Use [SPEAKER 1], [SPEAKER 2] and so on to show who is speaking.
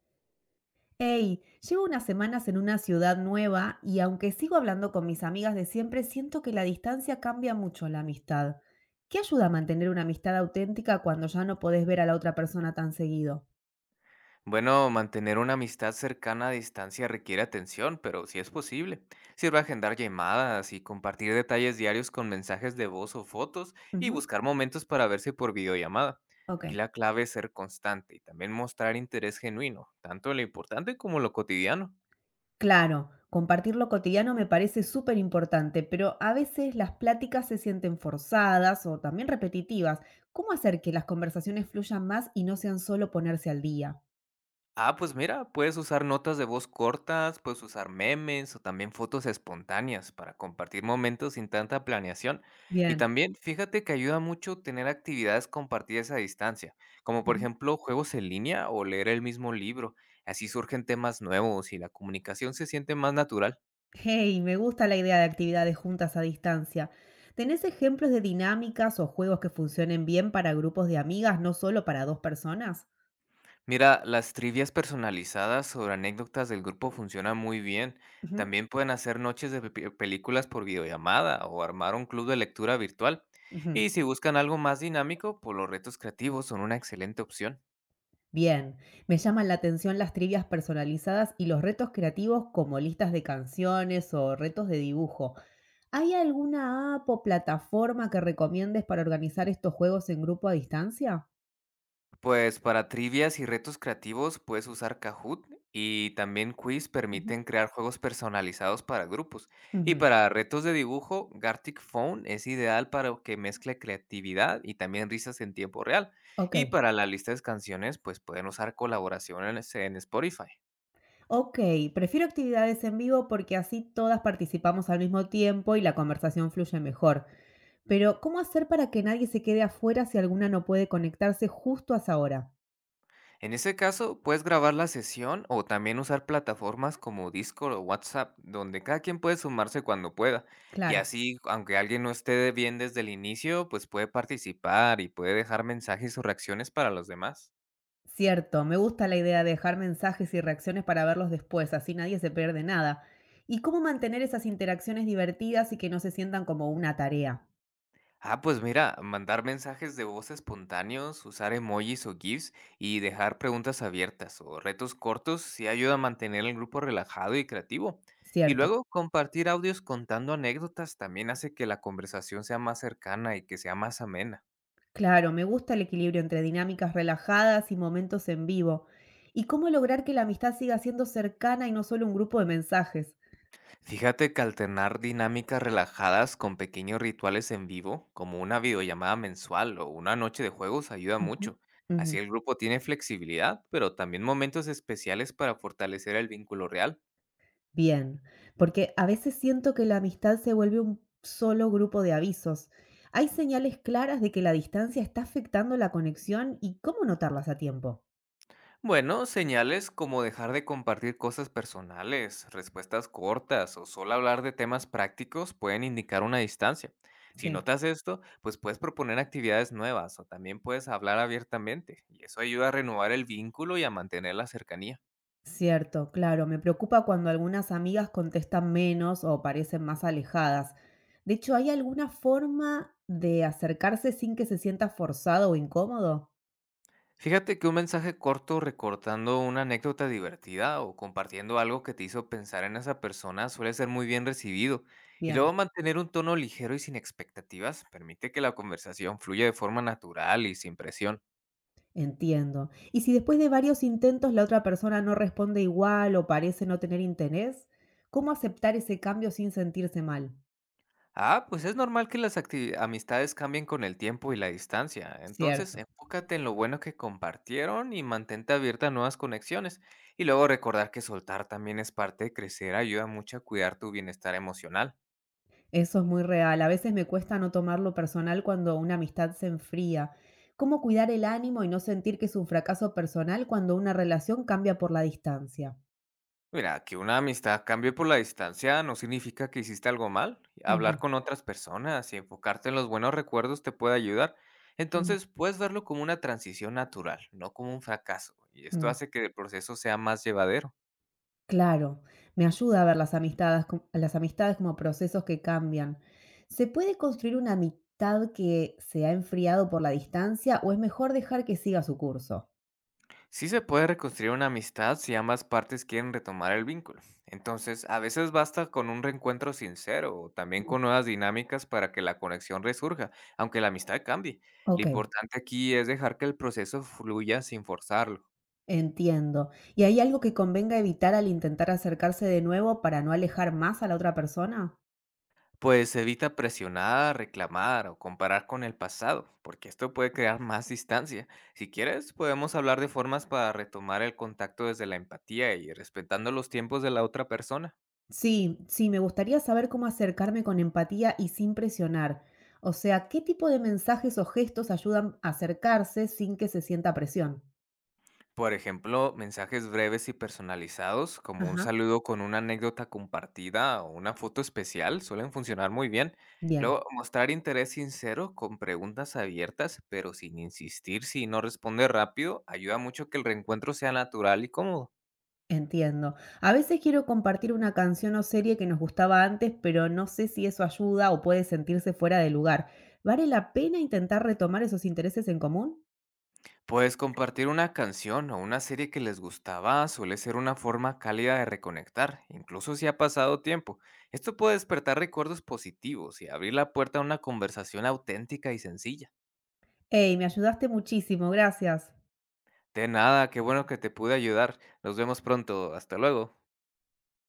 [SPEAKER 1] Hey, llevo unas semanas en una ciudad nueva y aunque sigo hablando con mis amigas de siempre, siento que la distancia cambia mucho la amistad. ¿Qué ayuda a mantener una amistad auténtica cuando ya no podés ver a la otra persona tan seguido?
[SPEAKER 2] Bueno, mantener una amistad cercana a distancia requiere atención, pero sí es posible. Sirve agendar llamadas y compartir detalles diarios con mensajes de voz o fotos y
[SPEAKER 1] Ujú.
[SPEAKER 2] buscar momentos para verse por videollamada.
[SPEAKER 1] Ok.
[SPEAKER 2] Aquí la clave es ser constante y también mostrar interés genuino, tanto en lo importante como en lo cotidiano.
[SPEAKER 1] Claro, compartir lo cotidiano me parece súper importante, pero a veces las pláticas se sienten forzadas o también repetitivas. ¿Cómo hacer que las conversaciones fluyan más y no sean solo ponerse al día?
[SPEAKER 2] Ah, pues mira, puedes usar notas de voz cortas, puedes usar memes o también fotos espontáneas para compartir momentos sin tanta planeación. Y
[SPEAKER 1] Bien.
[SPEAKER 2] también fíjate que ayuda mucho tener actividades compartidas a distancia, como por ejemplo juegos en línea o leer el mismo libro. Así surgen temas nuevos y la comunicación se siente más natural.
[SPEAKER 1] Hey, me gusta la idea de actividades juntas a distancia. ¿Tenés ejemplos de dinámicas o juegos que funcionen bien para grupos de amigas, no solo para dos personas?
[SPEAKER 2] Mira, las trivias personalizadas sobre anécdotas del grupo funcionan muy bien.
[SPEAKER 1] Ujú,
[SPEAKER 2] También pueden hacer noches de películas por videollamada o armar un club de lectura virtual.
[SPEAKER 1] ujú.
[SPEAKER 2] Y si buscan algo más dinámico, pues los retos creativos son una excelente opción.
[SPEAKER 1] Bien, me llaman la atención las trivias personalizadas y los retos creativos como listas de canciones o retos de dibujo. ¿Hay alguna app o plataforma que recomiendes para organizar estos juegos en grupo a distancia?
[SPEAKER 2] Pues para trivias y retos creativos puedes usar Kahoot y también Quiz
[SPEAKER 1] Ujú,
[SPEAKER 2] permiten crear juegos personalizados para grupos. Y
[SPEAKER 1] ujú.
[SPEAKER 2] para retos de dibujo, Gartic Phone es ideal para que mezcle creatividad y también risas en tiempo real.
[SPEAKER 1] Ok.
[SPEAKER 2] Y para la lista de canciones, pues pueden usar colaboraciones en Spotify.
[SPEAKER 1] Ok, prefiero actividades en vivo porque así todas participamos al mismo tiempo y la conversación fluye mejor. Pero, ¿cómo hacer para que nadie se quede afuera si alguna no puede conectarse justo a esa hora?
[SPEAKER 2] En ese caso, puedes grabar la sesión o también usar plataformas como Discord o WhatsApp, donde cada quien puede sumarse cuando pueda. Y
[SPEAKER 1] Claro,
[SPEAKER 2] así, aunque alguien no esté de bien desde el inicio, pues puede participar y puede dejar mensajes o reacciones para los demás.
[SPEAKER 1] cierto, me gusta la idea de dejar mensajes y reacciones para verlos después, así nadie se pierde nada. ¿Y cómo mantener esas interacciones divertidas y que no se sientan como una tarea?
[SPEAKER 2] Ah, pues mira, mandar mensajes de voz espontáneos, usar emojis o GIFs y dejar preguntas abiertas o retos cortos sí ayuda a mantener el grupo relajado y creativo. Y
[SPEAKER 1] Cierto.
[SPEAKER 2] luego compartir audios contando anécdotas también hace que la conversación sea más cercana y que sea más amena.
[SPEAKER 1] Claro, me gusta el equilibrio entre dinámicas relajadas y momentos en vivo. ¿Y cómo lograr que la amistad siga siendo cercana y no solo un grupo de mensajes?
[SPEAKER 2] Fíjate que alternar dinámicas relajadas con pequeños rituales en vivo, como una videollamada mensual o una noche de juegos, ayuda
[SPEAKER 1] Ujú,
[SPEAKER 2] mucho.
[SPEAKER 1] ujú.
[SPEAKER 2] Así el grupo tiene flexibilidad, pero también momentos especiales para fortalecer el vínculo real.
[SPEAKER 1] Bien, porque a veces siento que la amistad se vuelve un solo grupo de avisos. ¿Hay señales claras de que la distancia está afectando la conexión y cómo notarlas a tiempo?
[SPEAKER 2] Bueno, señales como dejar de compartir cosas personales, respuestas cortas o solo hablar de temas prácticos pueden indicar una distancia. Si
[SPEAKER 1] Sí.
[SPEAKER 2] notas esto, pues puedes proponer actividades nuevas o también puedes hablar abiertamente y eso ayuda a renovar el vínculo y a mantener la cercanía.
[SPEAKER 1] Cierto, claro, me preocupa cuando algunas amigas contestan menos o parecen más alejadas. De hecho, ¿hay alguna forma de acercarse sin que se sienta forzado o incómodo?
[SPEAKER 2] Fíjate que un mensaje corto recortando una anécdota divertida o compartiendo algo que te hizo pensar en esa persona suele ser muy bien recibido. Y luego
[SPEAKER 1] Bien,
[SPEAKER 2] mantener un tono ligero y sin expectativas permite que la conversación fluya de forma natural y sin presión.
[SPEAKER 1] entiendo. ¿Y si después de varios intentos la otra persona no responde igual o parece no tener interés? ¿Cómo aceptar ese cambio sin sentirse mal?
[SPEAKER 2] Ah, pues es normal que las amistades cambien con el tiempo y la distancia. Entonces,
[SPEAKER 1] Cierto.
[SPEAKER 2] enfócate en lo bueno que compartieron y mantente abierta a nuevas conexiones. Y luego recordar que soltar también es parte de crecer, ayuda mucho a cuidar tu bienestar emocional.
[SPEAKER 1] Eso es muy real. A veces me cuesta no tomarlo personal cuando una amistad se enfría. ¿Cómo cuidar el ánimo y no sentir que es un fracaso personal cuando una relación cambia por la distancia?
[SPEAKER 2] Mira, que una amistad cambie por la distancia no significa que hiciste algo mal. Hablar
[SPEAKER 1] Ujú,
[SPEAKER 2] con otras personas y enfocarte en los buenos recuerdos te puede ayudar.
[SPEAKER 1] ujú,
[SPEAKER 2] Entonces, puedes verlo como una transición natural, no como un fracaso. Y esto
[SPEAKER 1] mm.
[SPEAKER 2] hace que el proceso sea más llevadero.
[SPEAKER 1] Claro, me ayuda a ver las amistades, las amistades como procesos que cambian. ¿Se puede construir una amistad que se ha enfriado por la distancia o es mejor dejar que siga su curso?
[SPEAKER 2] Sí se puede reconstruir una amistad si ambas partes quieren retomar el vínculo. Entonces, a veces basta con un reencuentro sincero o también
[SPEAKER 1] Mm.
[SPEAKER 2] con nuevas dinámicas para que la conexión resurja, aunque la amistad cambie. Lo
[SPEAKER 1] Ok.
[SPEAKER 2] importante aquí es dejar que el proceso fluya sin forzarlo.
[SPEAKER 1] Entiendo. ¿Y hay algo que convenga evitar al intentar acercarse de nuevo para no alejar más a la otra persona?
[SPEAKER 2] Pues evita presionar, reclamar o comparar con el pasado, porque esto puede crear más distancia. Si quieres, podemos hablar de formas para retomar el contacto desde la empatía y respetando los tiempos de la otra persona.
[SPEAKER 1] Sí, sí, me gustaría saber cómo acercarme con empatía y sin presionar. O sea, ¿qué tipo de mensajes o gestos ayudan a acercarse sin que se sienta presión?
[SPEAKER 2] Por ejemplo, mensajes breves y personalizados, como un
[SPEAKER 1] Ajá.
[SPEAKER 2] saludo con una anécdota compartida o una foto especial, suelen funcionar muy bien.
[SPEAKER 1] Bien,
[SPEAKER 2] Luego, mostrar interés sincero con preguntas abiertas, pero sin insistir si no responde rápido, ayuda mucho que el reencuentro sea natural y cómodo.
[SPEAKER 1] entiendo. A veces quiero compartir una canción o serie que nos gustaba antes, pero no sé si eso ayuda o puede sentirse fuera de lugar. ¿Vale la pena intentar retomar esos intereses en común?
[SPEAKER 2] Pues compartir una canción o una serie que les gustaba suele ser una forma cálida de reconectar, incluso si ha pasado tiempo. Esto puede despertar recuerdos positivos y abrir la puerta a una conversación auténtica y sencilla.
[SPEAKER 1] Hey, me ayudaste muchísimo, gracias.
[SPEAKER 2] De nada, qué bueno que te pude ayudar. Nos vemos pronto. Hasta luego.